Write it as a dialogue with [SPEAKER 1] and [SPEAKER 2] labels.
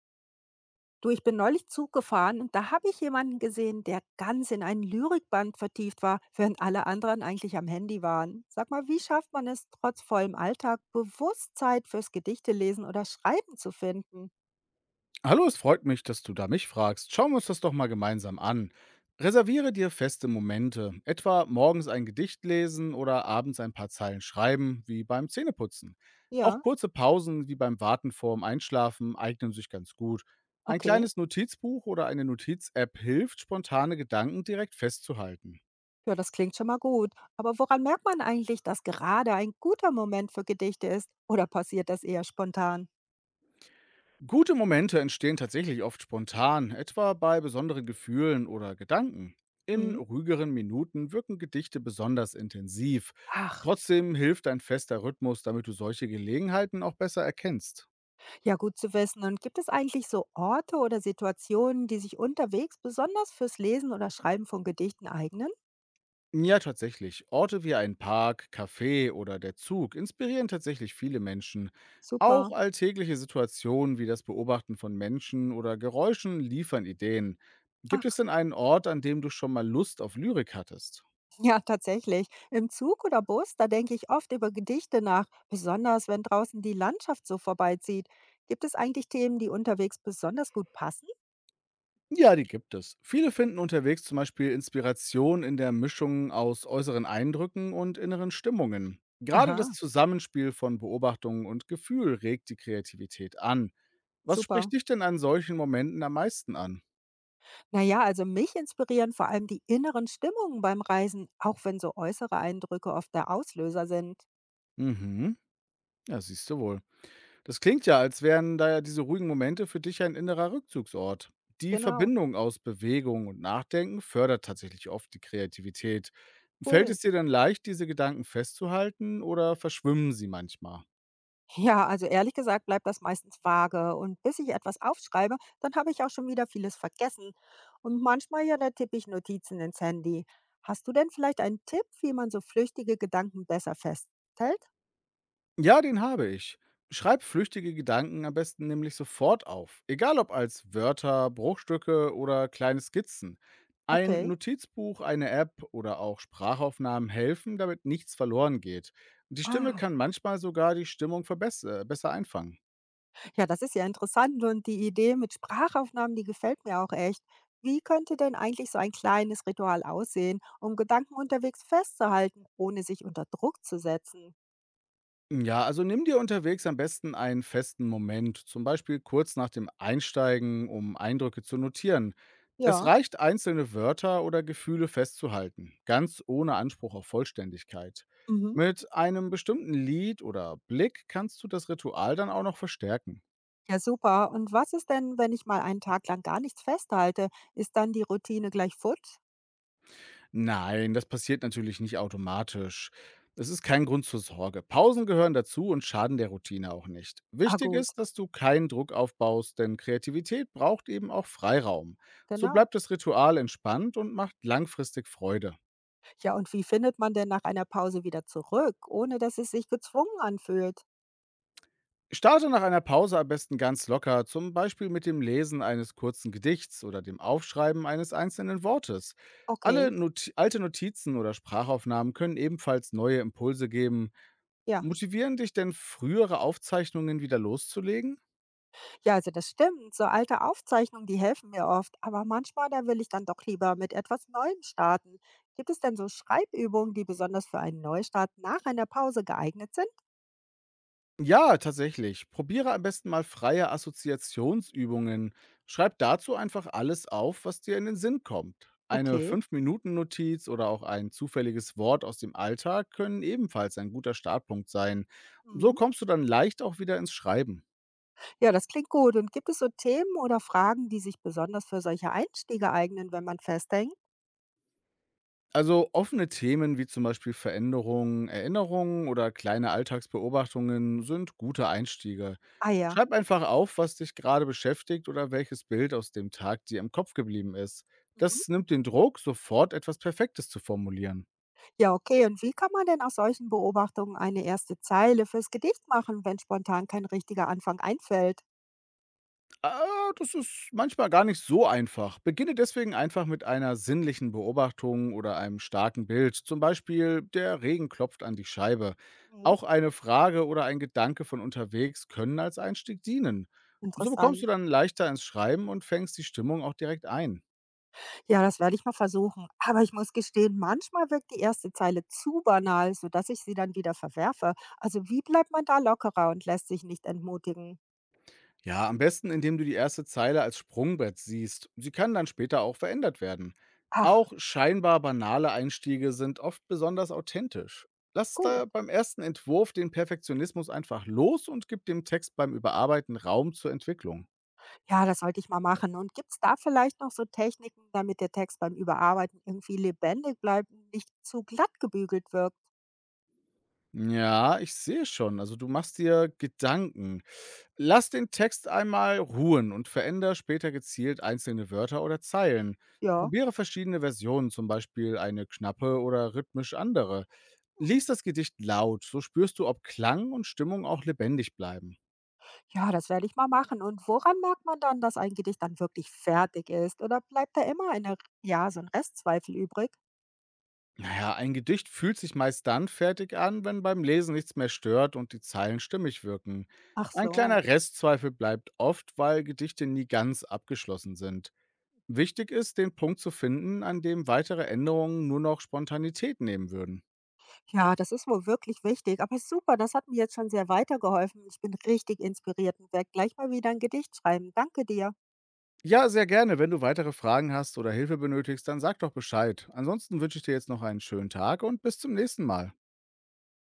[SPEAKER 1] Du, ich bin neulich Zug gefahren und da habe ich jemanden gesehen, der ganz in ein Lyrikband vertieft war, während alle anderen eigentlich am Handy waren. Sag mal, wie schafft man es, trotz vollem Alltag bewusst Zeit fürs Gedichte lesen oder schreiben zu finden?
[SPEAKER 2] Hallo, es freut mich, dass du da mich fragst. Schauen wir uns das doch mal gemeinsam an. Reserviere dir feste Momente, etwa morgens ein Gedicht lesen oder abends ein paar Zeilen schreiben, wie beim Zähneputzen. Auch
[SPEAKER 1] Ja,
[SPEAKER 2] kurze Pausen, wie beim Warten vorm Einschlafen, eignen sich ganz gut. Ein
[SPEAKER 1] okay.
[SPEAKER 2] kleines Notizbuch oder eine Notiz-App hilft, spontane Gedanken direkt festzuhalten.
[SPEAKER 1] Ja, das klingt schon mal gut. Aber woran merkt man eigentlich, dass gerade ein guter Moment für Gedichte ist? Oder passiert das eher spontan?
[SPEAKER 2] Gute Momente entstehen tatsächlich oft spontan, etwa bei besonderen Gefühlen oder Gedanken. In
[SPEAKER 1] Hm?
[SPEAKER 2] ruhigeren Minuten wirken Gedichte besonders intensiv.
[SPEAKER 1] Ach.
[SPEAKER 2] Trotzdem hilft ein fester Rhythmus, damit du solche Gelegenheiten auch besser erkennst.
[SPEAKER 1] Ja, gut zu wissen. Und gibt es eigentlich so Orte oder Situationen, die sich unterwegs besonders fürs Lesen oder Schreiben von Gedichten eignen?
[SPEAKER 2] Ja, tatsächlich. Orte wie ein Park, Café oder der Zug inspirieren tatsächlich viele Menschen.
[SPEAKER 1] Super.
[SPEAKER 2] Auch alltägliche Situationen wie das Beobachten von Menschen oder Geräuschen liefern Ideen. Gibt es
[SPEAKER 1] Ach,
[SPEAKER 2] denn einen Ort, an dem du schon mal Lust auf Lyrik hattest?
[SPEAKER 1] ja, tatsächlich. Im Zug oder Bus, da denke ich oft über Gedichte nach, besonders wenn draußen die Landschaft so vorbeizieht. Gibt es eigentlich Themen, die unterwegs besonders gut passen?
[SPEAKER 2] Ja, die gibt es. Viele finden unterwegs zum Beispiel Inspiration in der Mischung aus äußeren Eindrücken und inneren Stimmungen. Gerade das
[SPEAKER 1] Aha,
[SPEAKER 2] Zusammenspiel von Beobachtungen und Gefühl regt die Kreativität an. Was
[SPEAKER 1] super.
[SPEAKER 2] spricht dich denn an solchen Momenten am meisten an?
[SPEAKER 1] Naja, also mich inspirieren vor allem die inneren Stimmungen beim Reisen, auch wenn so äußere Eindrücke oft der Auslöser sind.
[SPEAKER 2] Mhm, ja, siehst du wohl. Das klingt ja, als wären da ja diese ruhigen Momente für dich ja ein innerer Rückzugsort. Die
[SPEAKER 1] Genau,
[SPEAKER 2] Verbindung aus Bewegung und Nachdenken fördert tatsächlich oft die Kreativität. Fällt
[SPEAKER 1] cool.
[SPEAKER 2] es dir denn leicht, diese Gedanken festzuhalten oder verschwimmen sie manchmal?
[SPEAKER 1] Ja, also ehrlich gesagt bleibt das meistens vage. Und bis ich etwas aufschreibe, dann habe ich auch schon wieder vieles vergessen. Und manchmal ja, da tippe ich Notizen ins Handy. Hast du denn vielleicht einen Tipp, wie man so flüchtige Gedanken besser festhält?
[SPEAKER 2] Ja, den habe ich. Schreib flüchtige Gedanken am besten nämlich sofort auf, egal ob als Wörter, Bruchstücke oder kleine Skizzen. Ein
[SPEAKER 1] Okay.
[SPEAKER 2] Notizbuch, eine App oder auch Sprachaufnahmen helfen, damit nichts verloren geht. Die Stimme
[SPEAKER 1] Ah,
[SPEAKER 2] kann manchmal sogar die Stimmung besser einfangen.
[SPEAKER 1] ja, das ist ja interessant. Und die Idee mit Sprachaufnahmen, die gefällt mir auch echt. Wie könnte denn eigentlich so ein kleines Ritual aussehen, um Gedanken unterwegs festzuhalten, ohne sich unter Druck zu setzen?
[SPEAKER 2] Ja, also nimm dir unterwegs am besten einen festen Moment, zum Beispiel kurz nach dem Einsteigen, um Eindrücke zu notieren. Es
[SPEAKER 1] Ja.
[SPEAKER 2] reicht, einzelne Wörter oder Gefühle festzuhalten, ganz ohne Anspruch auf Vollständigkeit.
[SPEAKER 1] Mhm.
[SPEAKER 2] Mit einem bestimmten Lied oder Blick kannst du das Ritual dann auch noch verstärken.
[SPEAKER 1] Ja, super. Und was ist denn, wenn ich mal einen Tag lang gar nichts festhalte? Ist dann die Routine gleich futsch?
[SPEAKER 2] Nein, das passiert natürlich nicht automatisch. Es ist kein Grund zur Sorge. Pausen gehören dazu und schaden der Routine auch nicht.
[SPEAKER 1] Ah,
[SPEAKER 2] Wichtig
[SPEAKER 1] gut.
[SPEAKER 2] ist, dass du keinen Druck aufbaust, denn Kreativität braucht eben auch Freiraum. So
[SPEAKER 1] Genau.
[SPEAKER 2] bleibt das Ritual entspannt und macht langfristig Freude.
[SPEAKER 1] Ja, und wie findet man denn nach einer Pause wieder zurück, ohne dass es sich gezwungen anfühlt?
[SPEAKER 2] Starte nach einer Pause am besten ganz locker, zum Beispiel mit dem Lesen eines kurzen Gedichts oder dem Aufschreiben eines einzelnen Wortes.
[SPEAKER 1] Okay.
[SPEAKER 2] Alle Not alte Notizen oder Sprachaufnahmen können ebenfalls neue Impulse geben.
[SPEAKER 1] Ja.
[SPEAKER 2] Motivieren dich denn frühere Aufzeichnungen, wieder loszulegen?
[SPEAKER 1] Ja, also das stimmt. So alte Aufzeichnungen, die helfen mir oft. Aber manchmal, da will ich dann doch lieber mit etwas Neuem starten. Gibt es denn so Schreibübungen, die besonders für einen Neustart nach einer Pause geeignet sind?
[SPEAKER 2] Ja, tatsächlich. Probiere am besten mal freie Assoziationsübungen. Schreib dazu einfach alles auf, was dir in den Sinn kommt. Eine
[SPEAKER 1] Okay.
[SPEAKER 2] 5 Minuten Notiz oder auch ein zufälliges Wort aus dem Alltag können ebenfalls ein guter Startpunkt sein. So
[SPEAKER 1] Mhm.
[SPEAKER 2] kommst du dann leicht auch wieder ins Schreiben.
[SPEAKER 1] Ja, das klingt gut. Und gibt es so Themen oder Fragen, die sich besonders für solche Einstiege eignen, wenn man festhängt?
[SPEAKER 2] Also offene Themen wie zum Beispiel Veränderungen, Erinnerungen oder kleine Alltagsbeobachtungen sind gute Einstiege.
[SPEAKER 1] Ah, ja.
[SPEAKER 2] Schreib einfach auf, was dich gerade beschäftigt oder welches Bild aus dem Tag dir im Kopf geblieben ist.
[SPEAKER 1] Mhm.
[SPEAKER 2] Das nimmt den Druck, sofort etwas Perfektes zu formulieren.
[SPEAKER 1] Ja, okay. Und wie kann man denn aus solchen Beobachtungen eine erste Zeile fürs Gedicht machen, wenn spontan kein richtiger Anfang einfällt?
[SPEAKER 2] Ah, das ist manchmal gar nicht so einfach. Beginne deswegen einfach mit einer sinnlichen Beobachtung oder einem starken Bild. Zum Beispiel, der Regen klopft an die Scheibe.
[SPEAKER 1] Mhm.
[SPEAKER 2] Auch eine Frage oder ein Gedanke von unterwegs können als Einstieg dienen. So bekommst
[SPEAKER 1] Interessant.
[SPEAKER 2] du dann leichter ins Schreiben und fängst die Stimmung auch direkt ein.
[SPEAKER 1] Ja, das werde ich mal versuchen. Aber ich muss gestehen, manchmal wirkt die erste Zeile zu banal, sodass ich sie dann wieder verwerfe. Also wie bleibt man da lockerer und lässt sich nicht entmutigen?
[SPEAKER 2] Ja, am besten, indem du die erste Zeile als Sprungbrett siehst. Sie kann dann später auch verändert werden.
[SPEAKER 1] Ach,
[SPEAKER 2] Auch scheinbar banale Einstiege sind oft besonders authentisch. Lass
[SPEAKER 1] gut.
[SPEAKER 2] da beim ersten Entwurf den Perfektionismus einfach los und gib dem Text beim Überarbeiten Raum zur Entwicklung.
[SPEAKER 1] Ja, das sollte ich mal machen. Und gibt's da vielleicht noch so Techniken, damit der Text beim Überarbeiten irgendwie lebendig bleibt und nicht zu glatt gebügelt wirkt?
[SPEAKER 2] Ja, ich sehe schon. Also du machst dir Gedanken. Lass den Text einmal ruhen und veränder später gezielt einzelne Wörter oder Zeilen.
[SPEAKER 1] Ja.
[SPEAKER 2] Probiere verschiedene Versionen, zum Beispiel eine knappe oder rhythmisch andere.
[SPEAKER 1] Mhm.
[SPEAKER 2] Lies das Gedicht laut, so spürst du, ob Klang und Stimmung auch lebendig bleiben.
[SPEAKER 1] Ja, das werde ich mal machen. Und woran merkt man dann, dass ein Gedicht dann wirklich fertig ist? Oder bleibt da immer eine, ja, so ein Restzweifel übrig?
[SPEAKER 2] Naja, ein Gedicht fühlt sich meist dann fertig an, wenn beim Lesen nichts mehr stört und die Zeilen stimmig wirken.
[SPEAKER 1] Ach
[SPEAKER 2] Ein kleiner
[SPEAKER 1] so.
[SPEAKER 2] Restzweifel bleibt oft, weil Gedichte nie ganz abgeschlossen sind. Wichtig ist, den Punkt zu finden, an dem weitere Änderungen nur noch Spontanität nehmen würden.
[SPEAKER 1] Ja, das ist wohl wirklich wichtig. Aber super, das hat mir jetzt schon sehr weitergeholfen. Ich bin richtig inspiriert und werde gleich mal wieder ein Gedicht schreiben. Danke dir.
[SPEAKER 2] Ja, sehr gerne. Wenn du weitere Fragen hast oder Hilfe benötigst, dann sag doch Bescheid. Ansonsten wünsche ich dir jetzt noch einen schönen Tag und bis zum nächsten Mal.